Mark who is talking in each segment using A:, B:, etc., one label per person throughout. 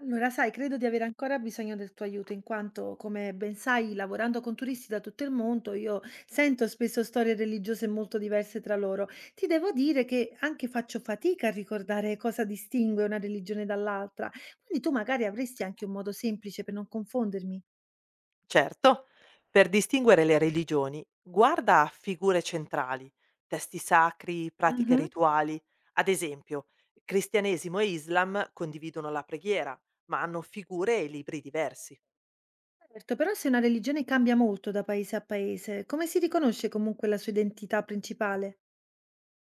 A: Allora, sai, credo di avere ancora bisogno del tuo aiuto, in quanto, come ben sai, lavorando con turisti da tutto il mondo, io sento spesso storie religiose molto diverse tra loro. Ti devo dire che anche faccio fatica a ricordare cosa distingue una religione dall'altra, quindi tu magari avresti anche un modo semplice per non confondermi.
B: Certo, per distinguere le religioni, guarda a figure centrali, testi sacri, pratiche
A: Mhm.
B: rituali. Ad esempio, cristianesimo e islam condividono la preghiera, ma hanno figure e libri diversi.
A: Certo, però se una religione cambia molto da paese a paese, come si riconosce comunque la sua identità principale?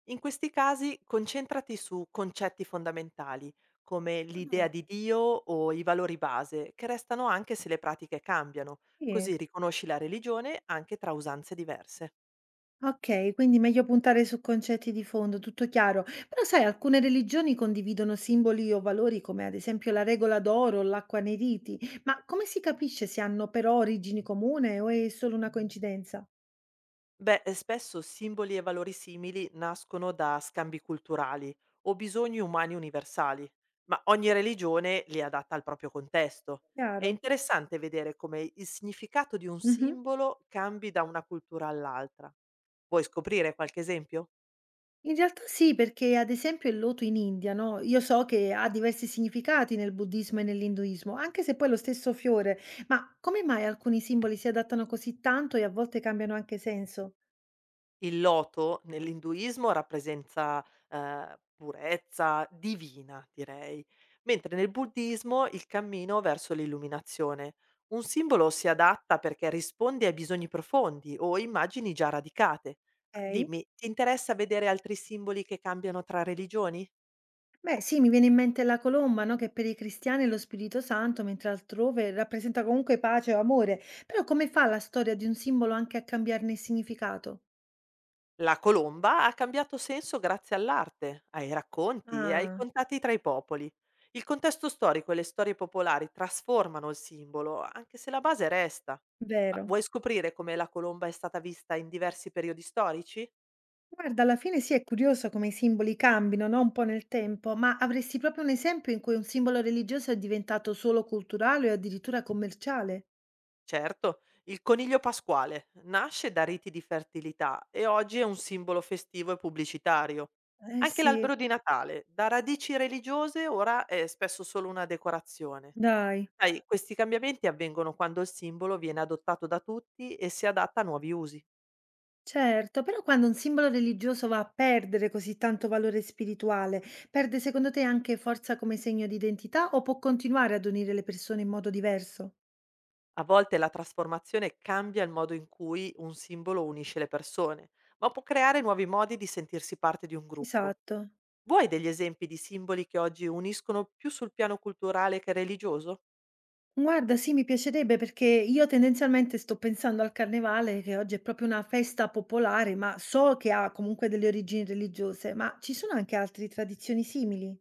B: In questi casi concentrati su concetti fondamentali, come
A: Ah,
B: l'idea di Dio o i valori base, che restano anche se le pratiche cambiano,
A: sì.
B: così riconosci la religione anche tra usanze diverse.
A: Okay, quindi meglio puntare su concetti di fondo, tutto chiaro. Però sai, alcune religioni condividono simboli o valori come ad esempio la regola d'oro o l'acquaneriti, ma come si capisce se hanno però origini comune o è solo una coincidenza?
B: Beh, spesso simboli e valori simili nascono da scambi culturali o bisogni umani universali, ma ogni religione li adatta al proprio contesto. È
A: Chiaro.
B: interessante vedere come il significato di un
A: Mh-mh.
B: simbolo cambi da una cultura all'altra. Vuoi scoprire qualche esempio?
A: In realtà sì, perché ad esempio il loto in India, no, io so che ha diversi significati nel buddismo e nell'induismo, anche se poi è lo stesso fiore. Ma come mai alcuni simboli si adattano così tanto e a volte cambiano anche senso?
B: Il loto nell'induismo rappresenta, purezza divina direi, mentre nel buddismo il cammino verso l'illuminazione. Un simbolo si adatta perché risponde ai bisogni profondi o immagini già radicate.
A: Okay.
B: Dimmi, ti interessa vedere altri simboli che cambiano tra religioni?
A: Beh, sì, mi viene in mente la colomba, no? Che per i cristiani è lo Spirito Santo, mentre altrove rappresenta comunque pace o amore. Però come fa la storia di un simbolo anche a cambiarne il significato?
B: La colomba ha cambiato senso grazie all'arte, ai racconti e ai
A: Ah,
B: contatti tra i popoli. Il contesto storico e le storie popolari trasformano il simbolo, anche se la base resta. Ma
A: vero.
B: vuoi scoprire come la colomba è stata vista in diversi periodi storici?
A: Guarda, alla fine sì, è curioso come i simboli cambino, no? Un po' nel tempo, ma avresti proprio un esempio in cui un simbolo religioso è diventato solo culturale o addirittura commerciale?
B: Certo, il coniglio pasquale nasce da riti di fertilità e oggi è un simbolo festivo e pubblicitario.
A: Eh
B: Anche
A: sì,
B: l'albero di Natale, da radici religiose, ora è spesso solo una decorazione.
A: dai.
B: Sai, questi cambiamenti avvengono quando il simbolo viene adottato da tutti e si adatta a nuovi usi.
A: Certo, però quando un simbolo religioso va a perdere così tanto valore spirituale, perde secondo te anche forza come segno di identità o può continuare ad unire le persone in modo diverso?
B: A volte la trasformazione cambia il modo in cui un simbolo unisce le persone, ma può creare nuovi modi di sentirsi parte di un gruppo.
A: Esatto.
B: Vuoi degli esempi di simboli che oggi uniscono più sul piano culturale che religioso?
A: Guarda, sì, mi piacerebbe perché io tendenzialmente sto pensando al carnevale, che oggi è proprio una festa popolare, ma so che ha comunque delle origini religiose, ma ci sono anche altre tradizioni simili.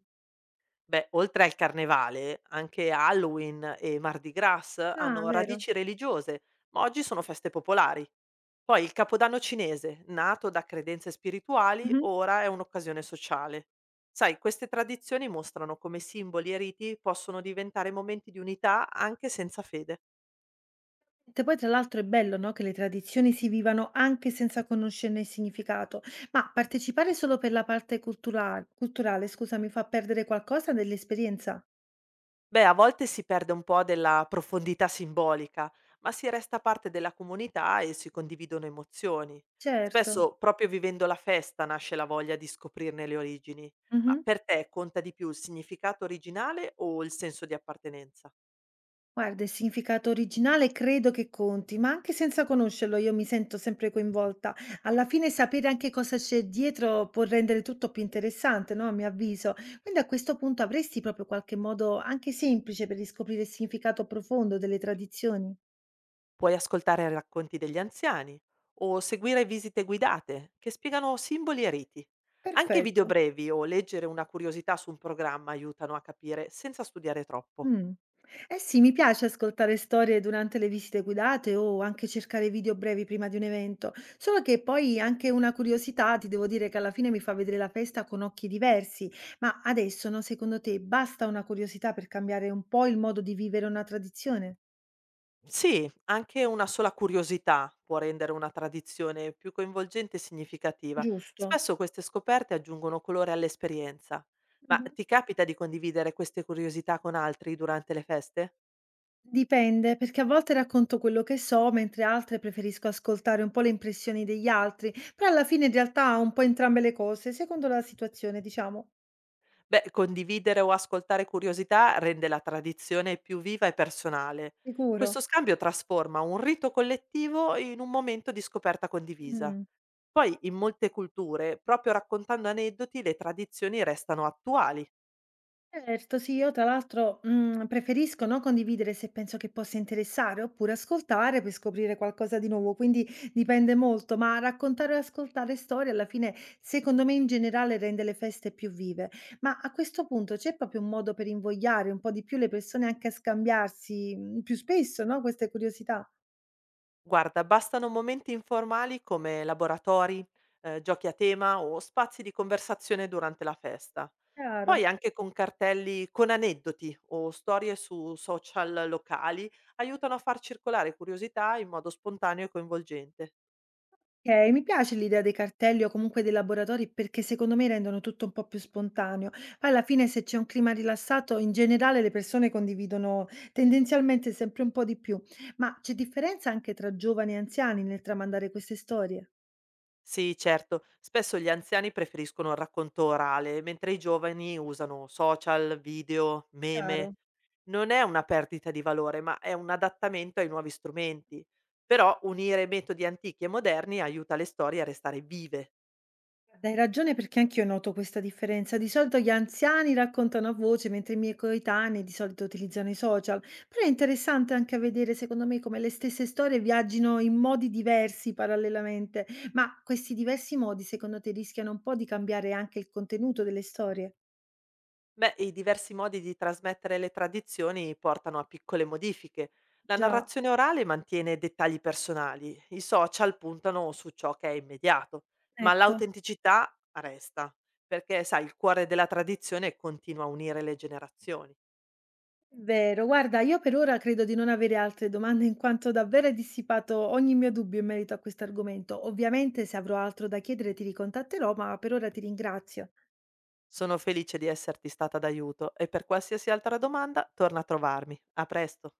B: Beh, oltre al carnevale, anche Halloween e Mardi Gras
A: Ah,
B: hanno
A: vero.
B: radici religiose, ma oggi sono feste popolari. Poi il Capodanno cinese, nato da credenze spirituali,
A: Mhm.
B: ora è un'occasione sociale. Sai, queste tradizioni mostrano come simboli e riti possono diventare momenti di unità anche senza fede.
A: Te poi tra l'altro è bello, no, che le tradizioni si vivano anche senza conoscerne il significato, ma partecipare solo per la parte culturale, scusa, mi fa perdere qualcosa dell'esperienza?
B: Beh, a volte si perde un po' della profondità simbolica, ma si resta parte della comunità e si condividono emozioni.
A: Certo.
B: Spesso, proprio vivendo la festa, nasce la voglia di scoprirne le origini. Ma
A: Mhm.
B: per te conta di più il significato originale o il senso di appartenenza?
A: Guarda, il significato originale credo che conti, ma anche senza conoscerlo io mi sento sempre coinvolta. Alla fine sapere anche cosa c'è dietro può rendere tutto più interessante, no, a mio avviso. Quindi a questo punto avresti proprio qualche modo anche semplice per riscoprire il significato profondo delle tradizioni?
B: Puoi ascoltare racconti degli anziani o seguire visite guidate che spiegano simboli e riti. Anche video
A: Perfetto.
B: brevi o leggere una curiosità su un programma aiutano a capire senza studiare troppo.
A: Mh. Eh sì, mi piace ascoltare storie durante le visite guidate o anche cercare video brevi prima di un evento, solo che poi anche una curiosità ti devo dire che alla fine mi fa vedere la festa con occhi diversi. Ma adesso, no, secondo te basta una curiosità per cambiare un po' il modo di vivere una tradizione?
B: Sì, anche una sola curiosità può rendere una tradizione più coinvolgente e significativa.
A: Giusto?
B: Spesso queste scoperte aggiungono colore all'esperienza. Ma
A: Mh-mh.
B: ti capita di condividere queste curiosità con altri durante le feste?
A: Dipende, perché a volte racconto quello che so, mentre altre preferisco ascoltare un po' le impressioni degli altri, però alla fine in realtà un po' entrambe le cose, secondo la situazione, diciamo.
B: Beh, condividere o ascoltare curiosità rende la tradizione più viva e personale.
A: Sicuro.
B: Questo scambio trasforma un rito collettivo in un momento di scoperta condivisa.
A: Mh.
B: Poi, in molte culture, proprio raccontando aneddoti, le tradizioni restano attuali.
A: Certo, sì, io tra l'altro, preferisco, no, condividere se penso che possa interessare, oppure ascoltare per scoprire qualcosa di nuovo, quindi dipende molto, ma raccontare e ascoltare storie alla fine, secondo me in generale rende le feste più vive. Ma a questo punto c'è proprio un modo per invogliare un po' di più le persone anche a scambiarsi, più spesso, no, queste curiosità?
B: Guarda, bastano momenti informali come laboratori, giochi a tema o spazi di conversazione durante la festa. Poi
A: Chiaro.
B: anche con cartelli con aneddoti o storie su social locali aiutano a far circolare curiosità in modo spontaneo e coinvolgente.
A: Okay, mi piace l'idea dei cartelli o comunque dei laboratori perché secondo me rendono tutto un po' più spontaneo. Poi alla fine se c'è un clima rilassato, in generale le persone condividono tendenzialmente sempre un po' di più. Ma c'è differenza anche tra giovani e anziani nel tramandare queste storie?
B: Sì, certo, spesso gli anziani preferiscono il racconto orale, mentre i giovani usano social, video,
A: Chiaro.
B: meme. Non è una perdita di valore, ma è un adattamento ai nuovi strumenti. Però unire metodi antichi e moderni aiuta le storie a restare vive.
A: Hai ragione perché anch'io noto questa differenza. Di solito gli anziani raccontano a voce, mentre i miei coetanei di solito utilizzano i social. Però è interessante anche vedere, secondo me, come le stesse storie viaggino in modi diversi parallelamente. Ma questi diversi modi, secondo te, rischiano un po' di cambiare anche il contenuto delle storie?
B: Beh, i diversi modi di trasmettere le tradizioni portano a piccole modifiche. La
A: Già,
B: narrazione orale mantiene dettagli personali, i social puntano su ciò che è immediato, ma
A: ecco.
B: l'autenticità resta, perché sai, il cuore della tradizione continua a unire le generazioni.
A: Vero, guarda, io per ora credo di non avere altre domande in quanto davvero hai dissipato ogni mio dubbio in merito a questo argomento. Ovviamente se avrò altro da chiedere ti ricontatterò, ma per ora ti ringrazio.
B: Sono felice di esserti stata d'aiuto e per qualsiasi altra domanda torna a trovarmi. A presto.